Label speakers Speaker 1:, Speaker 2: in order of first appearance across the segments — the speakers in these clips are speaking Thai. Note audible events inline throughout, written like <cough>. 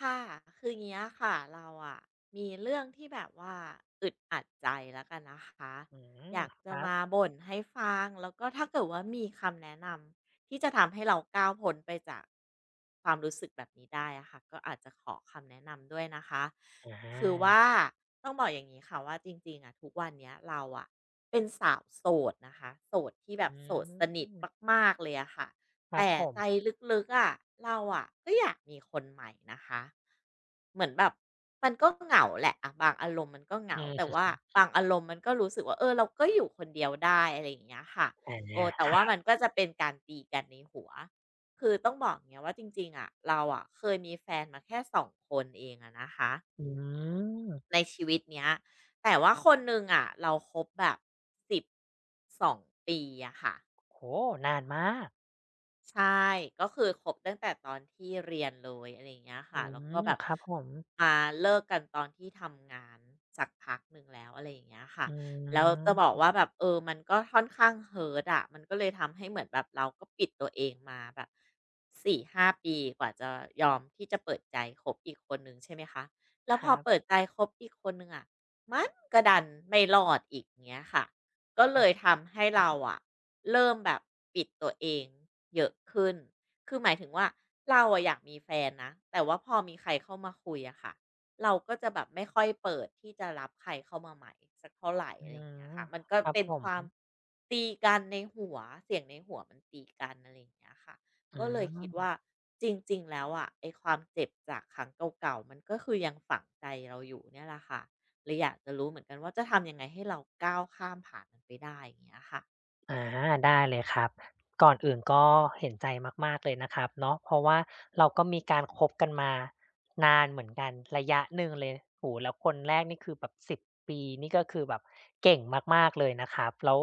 Speaker 1: ค่ะคืออย่างเงี้ยค่ะเราอะมีเรื่องที่แบบว่าอึดอัดใจแล้วกันนะคะ
Speaker 2: อืม
Speaker 1: อยาก
Speaker 2: ค
Speaker 1: จะ
Speaker 2: รับ
Speaker 1: มาบ่นให้ฟังแล้วก็ถ้าเกิดว่ามีคำแนะนำที่จะทำให้เราก้าวพ้นไปจากความรู้สึกแบบนี้ได้อะค่ะก็อาจจะขอคำแนะนำด้วยนะคะ
Speaker 2: อ
Speaker 1: คือ
Speaker 2: า
Speaker 1: ว่าต้องบอกอย่างนี้ค่ะว่าจริงๆอะทุกวันเนี้ยเราอะเป็นสาวโสดนะคะโสดที่แบบ
Speaker 2: อื
Speaker 1: โสด
Speaker 2: ม
Speaker 1: สนิทมากๆเลยอะค่ะ
Speaker 2: ครับ
Speaker 1: แต่
Speaker 2: ผ
Speaker 1: ใจ
Speaker 2: ม
Speaker 1: ลึกๆอะเราอะก็อยากมีคนใหม่นะคะเหมือนแบบมันก็เหงาแหละอะบางอารมณ์มันก็เห
Speaker 2: อื
Speaker 1: งา
Speaker 2: ม
Speaker 1: แต่ว่า
Speaker 2: <laughs>
Speaker 1: บางอารมณ์มันก็รู้สึกว่าเออเราก็อยู่คนเดียวได้อะไรอย่างเงี้ยค่ะ
Speaker 2: อา
Speaker 1: โอ้แต่
Speaker 2: ค
Speaker 1: ว่า
Speaker 2: รั
Speaker 1: มั
Speaker 2: บ
Speaker 1: นก็จะเป็นการตีกันในหัวคือต้องบอกเนี้ยว่าจริงๆอะเราอะเคยมีแฟนมาแค่สองคนเองอะนะคะ
Speaker 2: อื
Speaker 1: ใน
Speaker 2: ม
Speaker 1: ชีวิตเนี้ยแต่ว่าคนหนึ่งอะเราคบแบบ12 ปีอะค่ะ
Speaker 2: โอ้โฮนานมาก
Speaker 1: ใช่ ก็คือคบตั้งแต่ตอนที่เรียนเลยอะไรอย่างเงี้ย
Speaker 2: อื
Speaker 1: ค่ะแล้วก็แบบ
Speaker 2: ครับผม
Speaker 1: มาเลิกกันตอนที่ทำงานสักพักหนึ่งแล้วอะไรอย่างเงี้ยค่ะ
Speaker 2: อื
Speaker 1: แล้วจะบอก
Speaker 2: ม
Speaker 1: ว่าแบบเออมันก็ค่อนข้างเฮิร์ตอะมันก็เลยทำให้เหมือนแบบเราก็ปิดตัวเองมาแบบสี่ห้าปีกว่าจะยอมที่จะเปิดใจคบอีกคนหนึ่งใช่ไหมคะ แล้
Speaker 2: ค
Speaker 1: วพอ
Speaker 2: รั
Speaker 1: เปิ
Speaker 2: บ
Speaker 1: ดใจคบอีกคนหนึ่งอะมันก็ดันไม่รอดอีกเงี้ยค่ะ ก็เล
Speaker 2: อือ
Speaker 1: ยทำให้
Speaker 2: ฮึ
Speaker 1: เราอะเริ่มแบบปิดตัวเองเยอะขึ้น คือหมายถึงว่าเราอะอยากมีแฟนนะ แต่ว่าพอมีใครเข้ามาคุยอะค่ะ เราก็จะแบบไม่ค่อยเปิดที่จะรับใครเข้ามาใหม่สักเท่าไหร
Speaker 2: อื
Speaker 1: อะไรอย่างเงี้ย
Speaker 2: ม
Speaker 1: ค่ะมันก็
Speaker 2: ครับ
Speaker 1: เป็น
Speaker 2: ผ
Speaker 1: ค
Speaker 2: ม
Speaker 1: วามตีกันในหัวเสียงในหัวมันตีกันอะไรอย่างเงี้ยค่ะ
Speaker 2: อื
Speaker 1: ก็เลยคิด
Speaker 2: ม
Speaker 1: ว่าจริงๆแล้วอะไอ้ความเจ็บจากครั้งเก่าๆ มันก็คือยังฝังใจเราอยู่เนี่ยแหละค่ะ เลยอยากจะรู้เหมือนกันว่าจะทำยังไงให้เราก้าวข้ามผ่านมันไปได้อย่างเงี้ยค่ะ
Speaker 2: อาได้เลยครับก่อนอื่นก็เห็นใจมากๆเลยนะครับเนาะเพราะว่าเราก็มีการคบกันมานานเหมือนกันระยะหนึ่งเลยโอ้โฮแล้วคนแรกนี่คือแบบ10ปีนี่ก็คือแบบเก่งมากๆเลยนะครับแล้ว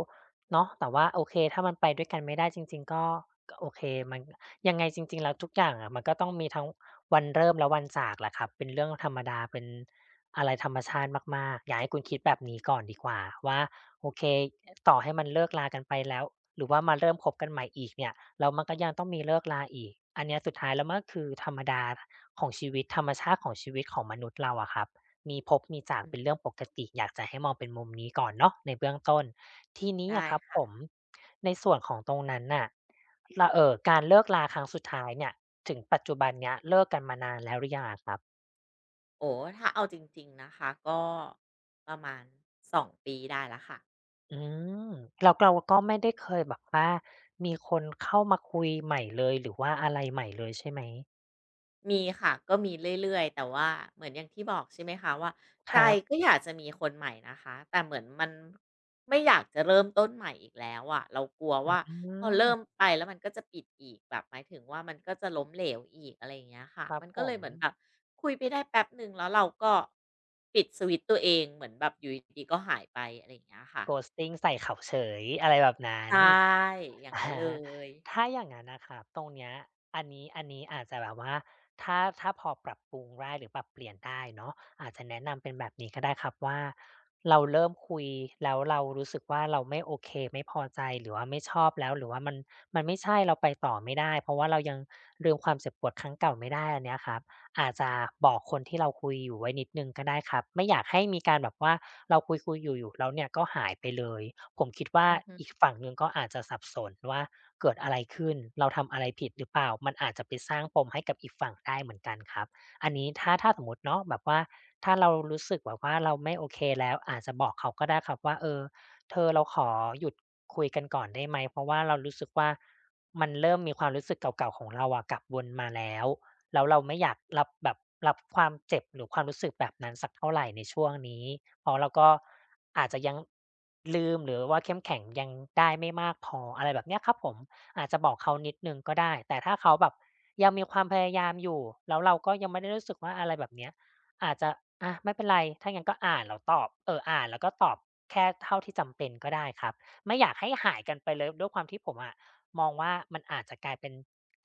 Speaker 2: เนาะแต่ว่าโอเคถ้ามันไปด้วยกันไม่ได้จริงๆก็โอเคมันยังไงจริงๆแล้วทุกอย่างอะมันก็ต้องมีทั้งวันเริ่มและวันจากแหละครับเป็นเรื่องธรรมดาเป็นอะไรธรรมชาติมากๆอยากให้คุณคิดแบบนี้ก่อนดีกว่าว่า โอเคต่อให้มันเลิกลากันไปแล้วหรือว่ามาเริ่มคบกันใหม่อีกเนี่ยแล้วมันก็ยังต้องมีเลิกลาอีกอันเนี้ยสุดท้ายแล้วมันก็คือธรรมดาของชีวิตธรรมชาติของชีวิตของมนุษย์เราอะครับมีพบมีจาก
Speaker 1: อื
Speaker 2: เป็นเรื่อง
Speaker 1: ม
Speaker 2: ปกติอยากจะให้มองเป็นมุมนี้ก่อนเนาะในเบื้องต้นทีนี้
Speaker 1: ได้
Speaker 2: อะครับผม
Speaker 1: ค่ะ
Speaker 2: ในส่วนของตรงนั้นน่ะลเอ่อการเลิกลาครั้งสุดท้ายเนี่ยถึงปัจจุบันเนี้ยเลิกกันมานานแล้วหรือยังอะครับ
Speaker 1: โอ้ถ้าเอาจริงๆนะคะก็ประมาณ2ปีได้แล้วค่ะ
Speaker 2: อืมแล้วเราก็ไม่ได้เคยแบบว่ามีคนเข้ามาคุยใหม่เลยหรือว่าอะไรใหม่เลยใช่ไหม
Speaker 1: มีค่ะก็มีเรื่อยๆแต่ว่าเหมือนอย่างที่บอกใช่ไหมคะว่า
Speaker 2: ค
Speaker 1: ใจ
Speaker 2: รั
Speaker 1: ก็
Speaker 2: บ
Speaker 1: อยากจะมีคนใหม่นะคะแต่เหมือนมันไม่อยากจะเริ่มต้นใหม่อีกแล้วอะเรากลัว
Speaker 2: อื
Speaker 1: ว่าพอเริ่ม
Speaker 2: ม
Speaker 1: ไปแล้วมันก็จะปิดอีกแบบหมายถึงว่ามันก็จะล้มเหลวอีกอะไรอย่างเงี้ยค่ะ
Speaker 2: ครับ
Speaker 1: มัน
Speaker 2: ผ
Speaker 1: ก็เล
Speaker 2: ม
Speaker 1: ยเหมือนแบบคุยไปได้แป๊บหนึ่งแล้วเราก็ปิดสวิตช์ตัวเองเหมือนแบบอยู่ดีๆก็หายไปอะไรอย่างเงี้ยค่ะ
Speaker 2: ghosting ใส่เขาเฉยอะไรแบบนั้น
Speaker 1: ใช่อย่า
Speaker 2: <laughs>
Speaker 1: ง
Speaker 2: อะ
Speaker 1: งั้
Speaker 2: ฮ
Speaker 1: นเล
Speaker 2: ะ
Speaker 1: ย
Speaker 2: ถ้าอย่างนั้นน่ะครับตรงเนี้ยอันนี้อาจจะแบบว่าถ้าพอปรับปรุงได้หรือปรับเปลี่ยนได้เนาะอาจจะแนะนำเป็นแบบนี้ก็ได้ครับว่าเราเริ่มคุยแล้วเรารู้สึกว่าเราไม่โอเคไม่พอใจหรือว่าไม่ชอบแล้วหรือว่ามันไม่ใช่เราไปต่อไม่ได้เพราะว่าเรายังลืมความเจ็บปวดครั้งเก่าไม่ได้อันเนี้ยครับ อาจจะบอกคนที่เราคุยอยู่ไว้นิดหนึ่งก็ได้ครับไม่อยากให้มีการแบบว่าเราคุยๆอยู่ๆแล้วเนี่ยก็หายไปเลยผมคิดว่า
Speaker 1: อือฮึ
Speaker 2: อีกฝั่งหนึ่งก็อาจจะสับสนว่าเกิดอะไรขึ้นเราทำอะไรผิดหรือเปล่ามันอาจจะไปสร้างปมให้กับอีกฝั่งได้เหมือนกันครับอันนี้ถ้าสมมุติเนาะแบบว่าถ้าเรารู้สึกแบบว่าเราไม่โอเคแล้วอาจจะบอกเขาก็ได้ครับว่าเออเธอเราขอหยุดคุยกันก่อนได้ไหมเพราะว่าเรารู้สึกว่ามันเริ่มมีความรู้สึกเก่าๆของเราอะกลับวนมาแล้ว แล้วเราไม่อยากรับแบบรับความเจ็บหรือความรู้สึกแบบนั้นสักเท่าไรในช่วงนี้เพราะเราก็อาจจะยังลืมหรือว่าเข้มแข็งยังได้ไม่มากพออะไรแบบเนี้ยครับผมอาจจะบอกเขานิดหนึ่งก็ได้แต่ถ้าเขาแบบยังมีความพยายามอยู่แล้วเราก็ยังไม่ได้รู้สึกว่าอะไรแบบเนี้ยอาจจะอะไม่เป็นไรถ้างั้นก็อ่านแล้วตอบอ่านแล้วก็ตอบแค่เท่าที่จำเป็นก็ได้ครับไม่อยากให้หายกันไปเลยด้วยความที่ผมอะ มองว่ามันอาจจะกลายเป็น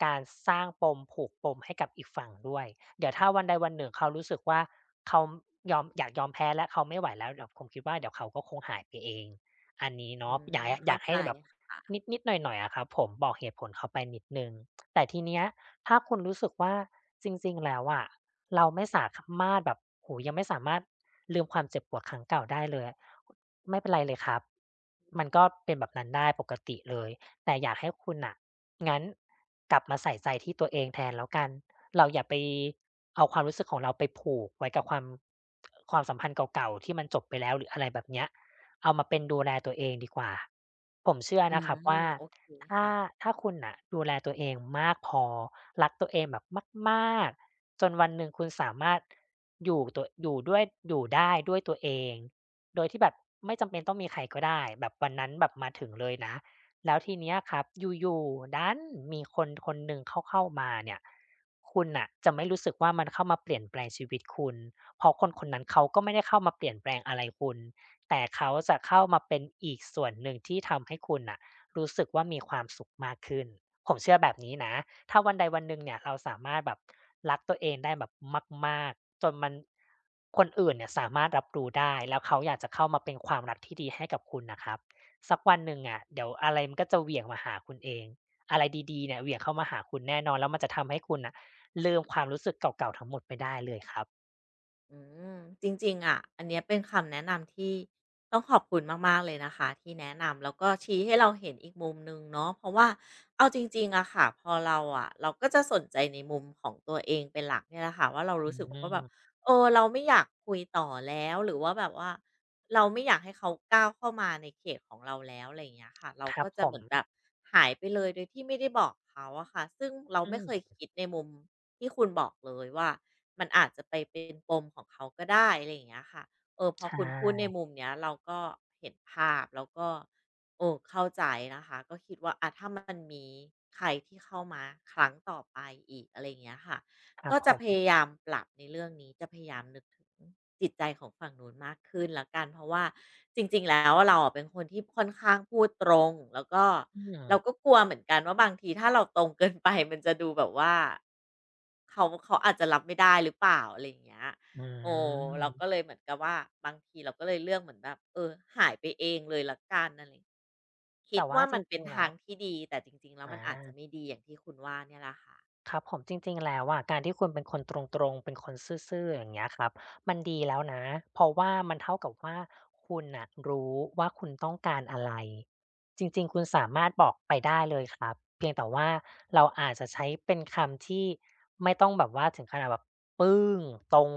Speaker 2: การสร้างปมผูกปมให้กับอีกฝั่งด้วยเดี๋ยวถ้าวันใดวันหนึ่งเขารู้สึกว่าเขายอมอยากยอมแพ้แล้วเขาไม่ไหวแล้วเดี๋ยวผมคิดว่าเดี๋ยวเขาก็คงหายไปเองอันนี้
Speaker 1: อื
Speaker 2: เนาะอยา
Speaker 1: ม
Speaker 2: กอ
Speaker 1: เข้า
Speaker 2: ยาก
Speaker 1: ใจ
Speaker 2: ให้แบบนิดๆหน่อยๆอะครับผมบอกเหตุผลเขาไปนิดหนึ่งแต่ทีเนี้ยถ้าคุณรู้สึกว่าจริงๆแล้วอะเราไม่สามารถแบบโอ้โฮยังไม่สามารถลืมความเจ็บปวดครั้งเก่าได้เลยอะไม่เป็นไรเลยครับมันก็เป็นแบบนั้นได้ปกติเลย แต่อยากให้คุณน่ะงั้นกลับมาใส่ใจที่ตัวเองแทนแล้วกัน เราอย่าไปเอาความรู้สึกของเราไปผูกไว้กับความสัมพันธ์เก่าๆที่มันจบไปแล้วหรืออะไรแบบเนี้ยเอามาเป็นดูแลตัวเองดีกว่าผมเชื่อ
Speaker 1: อื
Speaker 2: นะ
Speaker 1: ม
Speaker 2: ครับว่า
Speaker 1: โอเค
Speaker 2: ถ้า
Speaker 1: ค่ะ
Speaker 2: ถ้าคุณน่ะดูแลตัวเองมากพอรักตัวเองแบบมากๆจนวันหนึ่งคุณสามารถอยู่ตัวอยู่ได้ด้วยตัวเองโดยที่แบบไม่จำเป็นต้องมีใครก็ได้แบบวันนั้นแบบมาถึงเลยนะ แล้วทีเนี้ยครับอยู่ๆดันมีคนคนหนึ่งเขาเข้ามาเนี่ยคุณน่ะจะไม่รู้สึกว่ามันเข้ามาเปลี่ยนแปลงชีวิตคุณเพราะคนคนนั้นเขาก็ไม่ได้เข้ามาเปลี่ยนแปลงอะไรคุณแต่เขาจะเข้ามาเป็นอีกส่วนหนึ่งที่ทำให้คุณน่ะรู้สึกว่ามีความสุขมากขึ้นผมเชื่อแบบนี้นะถ้าวันใดวันหนึ่งเนี่ยเราสามารถแบบรักตัวเองได้แบบมากๆจนมันคนอื่นเนี่ยสามารถรับรู้ได้แล้วเขาอยากจะเข้ามาเป็นความรักที่ดีให้กับคุณน่ะครับ สักวันหนึ่งอะเดี๋ยวอะไรมันก็จะเหวี่ยงมาหาคุณเองอะไรดีๆเนี่ยเหวี่ยงเข้ามาหาคุณแน่นอนแล้วมันจะทำให้คุณน่ะลืมความรู้สึกเก่าๆทั้งหมดไปได้เลยครับ
Speaker 1: อืมจริงๆอ่ะอันเนี้ยเป็นคำแนะนำที่ต้องขอบคุณมากๆเลยนะคะที่แนะนำแล้วก็ชี้ให้เราเห็นอีกมุมหนึ่งเนาะเพราะว่าเอาจริงๆอะค่ะพอเราอะเราก็จะสนใจในมุมของตัวเองเป็นหลักเนี่ยแหละค่ะว่าเรา
Speaker 2: อื
Speaker 1: รู้สึกว่าแบบ
Speaker 2: ม
Speaker 1: เออเราไม่อยากคุยต่อแล้วหรือว่าแบบว่าเราไม่อยากให้เขาก้าวเข้ามาในเขตของเราแล้วอะไรอย่างเงี้ยค่ะเรา
Speaker 2: ครั
Speaker 1: ก็
Speaker 2: บ
Speaker 1: จะ
Speaker 2: ผ
Speaker 1: เห
Speaker 2: ม
Speaker 1: มือนแบบหายไปเลยโดยที่ไม่ได้บอกเขาอะค่ะซึ่งเรา
Speaker 2: อื
Speaker 1: ไม่เคย
Speaker 2: ม
Speaker 1: คิดในมุมที่คุณบอกเลยว่ามันอาจจะไปเป็นปมของเขาก็ได้อะไรอย่างเงี้ยค่ะเออพอ
Speaker 2: ใช
Speaker 1: คุณพูดใน
Speaker 2: ่
Speaker 1: มุมเนี้ยเราก็เห็นภาพแล้วก็เออเข้าใจนะคะก็คิดว่าอะถ้ามันมีใครที่เข้ามาครั้งต่อไปอีกอะไรอย่างเงี้ยค่ะ
Speaker 2: ครับ
Speaker 1: ก็
Speaker 2: ผ
Speaker 1: จะพ
Speaker 2: ม
Speaker 1: ยายามปรับในเรื่องนี้จะพยายามนึกถึงจิตใจของฝั่งนู้นมากขึ้นละกันเพราะว่าจริงๆแล้วเราอะเป็นคนที่ค่อนข้างพูดตรงแล้วก็
Speaker 2: อื
Speaker 1: เราก็
Speaker 2: ม
Speaker 1: กลัวเหมือนกันว่าบางทีถ้าเราตรงเกินไปมันจะดูแบบว่าเขาเขาอาจจะรับไม่ได้หรือเปล่าอะไรอย่างเงี้ย
Speaker 2: อื
Speaker 1: โอ้เราก็เล
Speaker 2: ม
Speaker 1: ยเหมือนกับว่าบางทีเราก็เลยเลือกเหมือนแบบเออหายไปเองเลยละกันอะไรคิ
Speaker 2: แต่
Speaker 1: ด
Speaker 2: ว่า
Speaker 1: ว่า
Speaker 2: จ
Speaker 1: มันเป็
Speaker 2: ริ
Speaker 1: น
Speaker 2: งๆแล้
Speaker 1: ทา
Speaker 2: ว
Speaker 1: งที่ดีแต่จริงๆแล้ว
Speaker 2: อ
Speaker 1: มันอาจจะไม่
Speaker 2: า
Speaker 1: ดีอย่างที่คุณว่าเนี่ยแหละค่ะ
Speaker 2: ครับผมจริงๆแล้วอะการที่คุณเป็นคนตรงๆเป็นคนซื่อๆอย่างเงี้ยครับมันดีแล้วนะเพราะว่ามันเท่ากับว่าคุณน่ะรู้ว่าคุณต้องการอะไรจริงๆคุณสามารถบอกไปได้เลยครับเพียงแต่ว่าเราอาจจะใช้เป็นคำที่ไม่ต้องแบบว่าถึงขนาดแบบปื้งตรง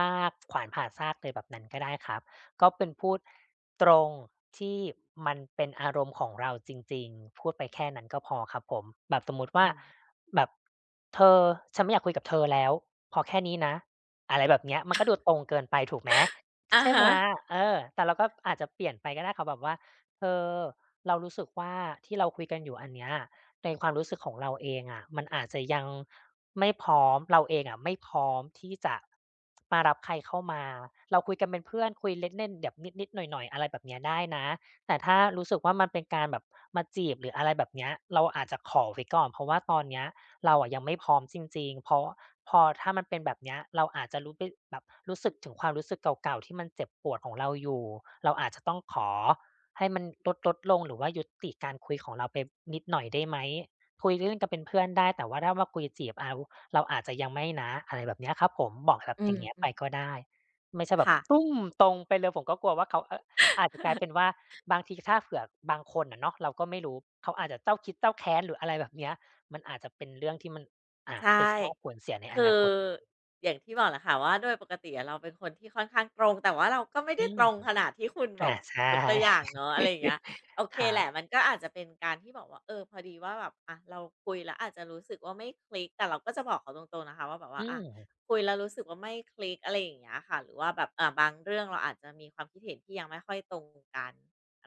Speaker 2: มากๆขวานผ่าซากเลยแบบนั้นก็ได้ครับก็เป็นพูดตรงที่มันเป็นอารมณ์ของเราจริงๆพูดไปแค่นั้นก็พอครับผมแบบสมมุติว่า
Speaker 1: อืม
Speaker 2: แบบเธอฉันไม่อยากคุยกับเธอแล้วพอแค่นี้นะอะไรแบบเนี้ยมันก็ดูตรงเกินไปถูกไหม
Speaker 1: อะ
Speaker 2: ใช่ไห
Speaker 1: ฮะ
Speaker 2: มเออแต่เราก็อาจจะเปลี่ยนไปก็ได้ค่ะแบบว่าเธอเรารู้สึกว่าที่เราคุยกันอยู่อันเนี้ยในความรู้สึกของเราเองอะมันอาจจะยังไม่พร้อมเราเองอะไม่พร้อมที่จะมารับใครเข้ามาเราคุยกันเป็นเพื่อนคุยเล่นๆแบบนิดๆหน่อยๆอะไรแบบเนี้ยได้นะแต่ถ้ารู้สึกว่ามันเป็นการแบบมาจีบหรืออะไรแบบเนี้ยเราอาจจะขอไว้ก่อนเพราะว่าตอนเนี้ย เราอะยังไม่พร้อมจริงๆ เพราะพอถ้ามันเป็นแบบเนี้ยเราอาจจะรู้ไปแบบรู้สึกถึงความรู้สึกเก่าๆที่มันเจ็บปวดของเราอยู่เราอาจจะต้องขอให้มันลดลดลงหรือว่ายุติการคุยของเราไปนิดหน่อยได้ไหมคุยเล่นๆกันเป็นเพื่อนได้แต่ว่าถ้ามาคุยจีบเอาเราอาจจะยังไม่นะอะไรแบบเนี้ยครับผมบอกแบบ
Speaker 1: อื
Speaker 2: อย่า
Speaker 1: ม
Speaker 2: งเงี้ยไปก็ได้ไม่ใช่แบบ
Speaker 1: ค่ะ
Speaker 2: ตุ้มตรงไปเลยผมก็กลัวว่าเขาเอออาจจะกลายเป็น
Speaker 1: <laughs>
Speaker 2: ว่าบางทีถ้าเผื่อบางคนอะเนาะเราก็ไม่รู้เขาอาจจะเจ้าคิดเจ้าแค้นหรืออะไรแบบเนี้ย มันอาจจะเป็นเรื่องที่มัน
Speaker 1: ใช
Speaker 2: ไป
Speaker 1: ่
Speaker 2: สร้างผลเสียในอ
Speaker 1: คื
Speaker 2: นา
Speaker 1: อ
Speaker 2: คต
Speaker 1: อย่างที่บอกแหละค่ะว่าโดยปกติอะเราเป็นคนที่ค่อนข้างตรงแต่ว่าเราก็ไม่
Speaker 2: อื
Speaker 1: ได้
Speaker 2: ม
Speaker 1: ตรงขนาดที่คุณแบ
Speaker 2: อา
Speaker 1: บ
Speaker 2: ใช่
Speaker 1: ยกตัวอย่างเนาะอะไรอย่างเงี้ยโอเค
Speaker 2: ครั
Speaker 1: แห
Speaker 2: บ
Speaker 1: ละมันก็อาจจะเป็นการที่บอกว่าเออพอดีว่าแบบอะเราคุยแล้วอาจจะรู้สึกว่าไม่คลิกแต่เราก็จะบอกเขาตรงๆนะคะว่าแบบว่า
Speaker 2: อื
Speaker 1: อะ
Speaker 2: ม
Speaker 1: คุยแล้วรู้สึกว่าไม่คลิกอะไรอย่างเงี้ยค่ะหรือว่าแบบบางเรื่องเราอาจจะมีความคิดเห็นที่ยังไม่ค่อยตรงกัน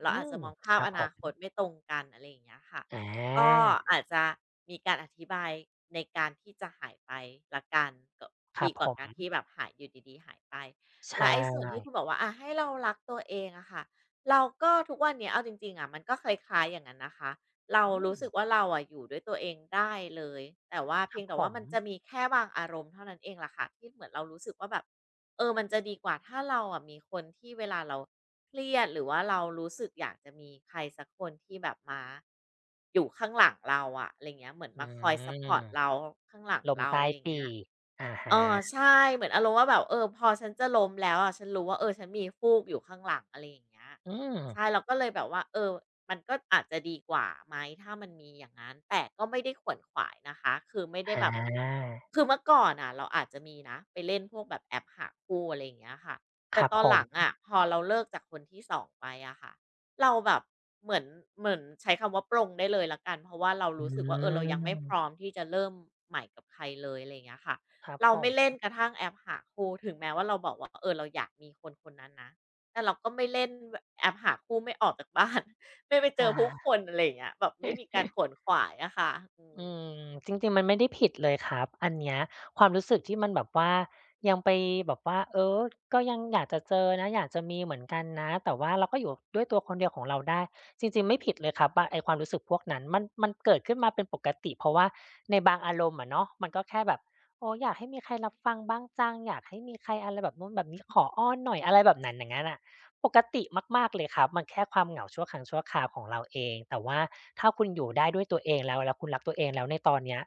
Speaker 1: เรา
Speaker 2: อื
Speaker 1: อาจ
Speaker 2: ม
Speaker 1: จะมองภา
Speaker 2: ค
Speaker 1: พ
Speaker 2: รับ
Speaker 1: อ
Speaker 2: ผ
Speaker 1: นา
Speaker 2: ม
Speaker 1: คตไม่ตรงกันอะไรอย่างเงี้ยค่ะ
Speaker 2: อ
Speaker 1: ก็
Speaker 2: า
Speaker 1: อาจจะมีการอธิบายในการที่จะหายไปละกันก็
Speaker 2: ครั
Speaker 1: ดี
Speaker 2: บ
Speaker 1: ก
Speaker 2: ผ
Speaker 1: ว่า
Speaker 2: ม
Speaker 1: การที่แบบหายอยู่ดีๆหายไป
Speaker 2: ใช
Speaker 1: แล้วไอ้ส่วน
Speaker 2: ่
Speaker 1: ที่คุณบอกว่าให้เรารักตัวเองอะค่ะเราก็ทุกวันเนี้ยเอาจริงๆอะมันก็คล้ายๆอย่างนั้นนะคะเรา
Speaker 2: อื
Speaker 1: รู้สึก
Speaker 2: ม
Speaker 1: ว่าเราอะอยู่ด้วยตัวเองได้เลยแต่ว่า
Speaker 2: ค
Speaker 1: เพีย
Speaker 2: รับ
Speaker 1: งแต่
Speaker 2: ผ
Speaker 1: ว่า
Speaker 2: ม
Speaker 1: มันจะมีแค่บางอารมณ์เท่านั้นเองล่ะค่ะที่เหมือนเรารู้สึกว่าแบบ เออมันจะดีกว่าถ้าเราอะมีคนที่เวลาเราเครียดหรือว่าเรารู้สึกอยากจะมีใครสักคนที่แบบมาอยู่ข้างหลังเราอะอะไรเงี้ยเหมือน
Speaker 2: อื
Speaker 1: มาคอยซัปพ
Speaker 2: ม
Speaker 1: อร์ตเราข้างหลัง
Speaker 2: ลม
Speaker 1: เรา
Speaker 2: ใต้
Speaker 1: อะไร
Speaker 2: ปี
Speaker 1: เงี้ย
Speaker 2: กอะฮ
Speaker 1: เออ
Speaker 2: ะ
Speaker 1: ใช่เหมือนอารมณ์ว่าแบบเออพอฉันจะล้มแล้วอะฉันรู้ว่าเออฉันมีฟูกอยู่ข้างหลังอะไรอย่างเงี้ย
Speaker 2: อืม
Speaker 1: ใช่เราก็เลยแบบว่าเออมันก็อาจจะดีกว่าไหมถ้ามันมีอย่างงั้นแต่ก็ไม่ได้ขวนขวายนะคะคือไม่ได้
Speaker 2: อ
Speaker 1: แบบ
Speaker 2: า
Speaker 1: คือเมื่อก่อนน่ะเราอาจจะมีนะไปเล่นพวกแบบแอปหาคู่อะไรอย่างเงี้ยค่ะ
Speaker 2: ค
Speaker 1: แต่
Speaker 2: รับ
Speaker 1: ตอ
Speaker 2: ผ
Speaker 1: นหลัง
Speaker 2: ม
Speaker 1: อะพอเราเลิกจากคนที่สองไปอะค่ะเราแบบเหมือนเหมือนใช้คำว่าปลงได้เลยแล้วกันเพราะว่าเรา
Speaker 2: อื
Speaker 1: รู้สึกว่าเออเรายังไม่พร้อม
Speaker 2: ม
Speaker 1: ที่จะเริ่มใหม่กับใครเลยอะไรอย่างเงี้ยค่ะ
Speaker 2: ครับ
Speaker 1: เรา
Speaker 2: ผ
Speaker 1: ไม่
Speaker 2: ม
Speaker 1: เล่นกระทั่งแอปหาคู่ถึงแม้ว่าเราบอกว่าเออเราอยากมีคนคนนั้นนะแต่เราก็ไม่เล่นวแอปหาคู่ไม่ออกจากบ้าน <laughs> ไม่ไปเจ
Speaker 2: อา
Speaker 1: อผู้คนอะไรอย่างเงี้ยแบบไม่มีการขวนขวายอะค่ะอืม
Speaker 2: อืมจริงๆมันไม่ได้ผิดเลยครับอันเนี้ยความรู้สึกที่มันแบบว่ายังไปแบบว่าเออก็ยังอยากจะเจอนะอยากจะมีเหมือนกันนะแต่ว่าเราก็อยู่ด้วยตัวคนเดียวของเราได้จริงๆไม่ผิดเลยครับว่าไอ้ความรู้สึกพวกนั้นมันเกิดขึ้นมาเป็นปกติเพราะว่าในบางอารมณ์อะเนาะมันก็แค่แบบโอ้อยากให้มีใครรับฟังบ้างจังอยากให้มีใครอะไรแบบนู้นแบบนี้ขออ้อนหน่อยอะไรแบบนั้นอย่างงั้นอะ ปกติมากๆเลยครับมันแค่ความเหงาชั่วครั้งชั่วคราวของเราเองแต่ว่าถ้าคุณอยู่ได้ด้วยตัวเองแล้วคุณรักตัวเองแล้วในตอนเนี้ย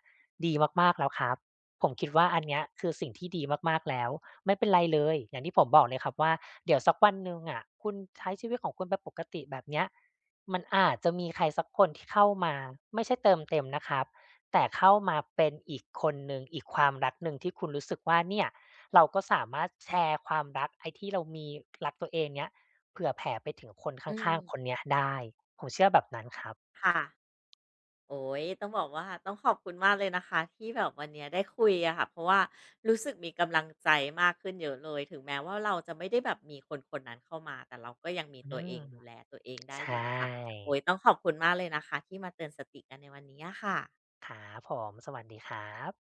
Speaker 2: ดีมากๆแล้วครับผมคิดว่าอันเนี้ยคือสิ่งที่ดีมากๆแล้วไม่เป็นไรเลยอย่างที่ผมบอกเลยครับว่าเดี๋ยวสักวันหนึ่งอะคุณใช้ชีวิตของคุณไปปกติแบบเนี้ยมันอาจจะมีใครสักคนที่เข้ามาไม่ใช่เติมเต็มนะครับแต่เข้ามาเป็นอีกคนหนึ่งอีกความรักหนึ่งที่คุณรู้สึกว่าเนี่ยเราก็สามารถแชร์ความรักไอ้ที่เรามีรักตัวเองเนี้ย เผื่อแผ่ไปถึงคนข้
Speaker 1: อื
Speaker 2: างๆคน
Speaker 1: ม
Speaker 2: เนี้ยได้ ผมเชื่อแบบนั้นครับ
Speaker 1: ค่ะโอ้โฮต้องบอกว่าต้องขอบคุณมากเลยนะคะที่แบบวันเนี้ยได้คุยอะค่ะเพราะว่ารู้สึกมีกำลังใจมากขึ้นเยอะเลยถึงแม้ว่าเราจะไม่ได้แบบมีคนคนนั้นเข้ามาแต่เราก็ยังมี
Speaker 2: อื
Speaker 1: ตัวเอง
Speaker 2: ม
Speaker 1: ดูแลตัวเองได้
Speaker 2: ใช
Speaker 1: อยู่อะค่ะ
Speaker 2: ่
Speaker 1: โอ๊ยต้องขอบคุณมากเลยนะคะที่มาเตือนสติกันในวันนี้อะค่ะ
Speaker 2: ครับผมสวัสดีครับ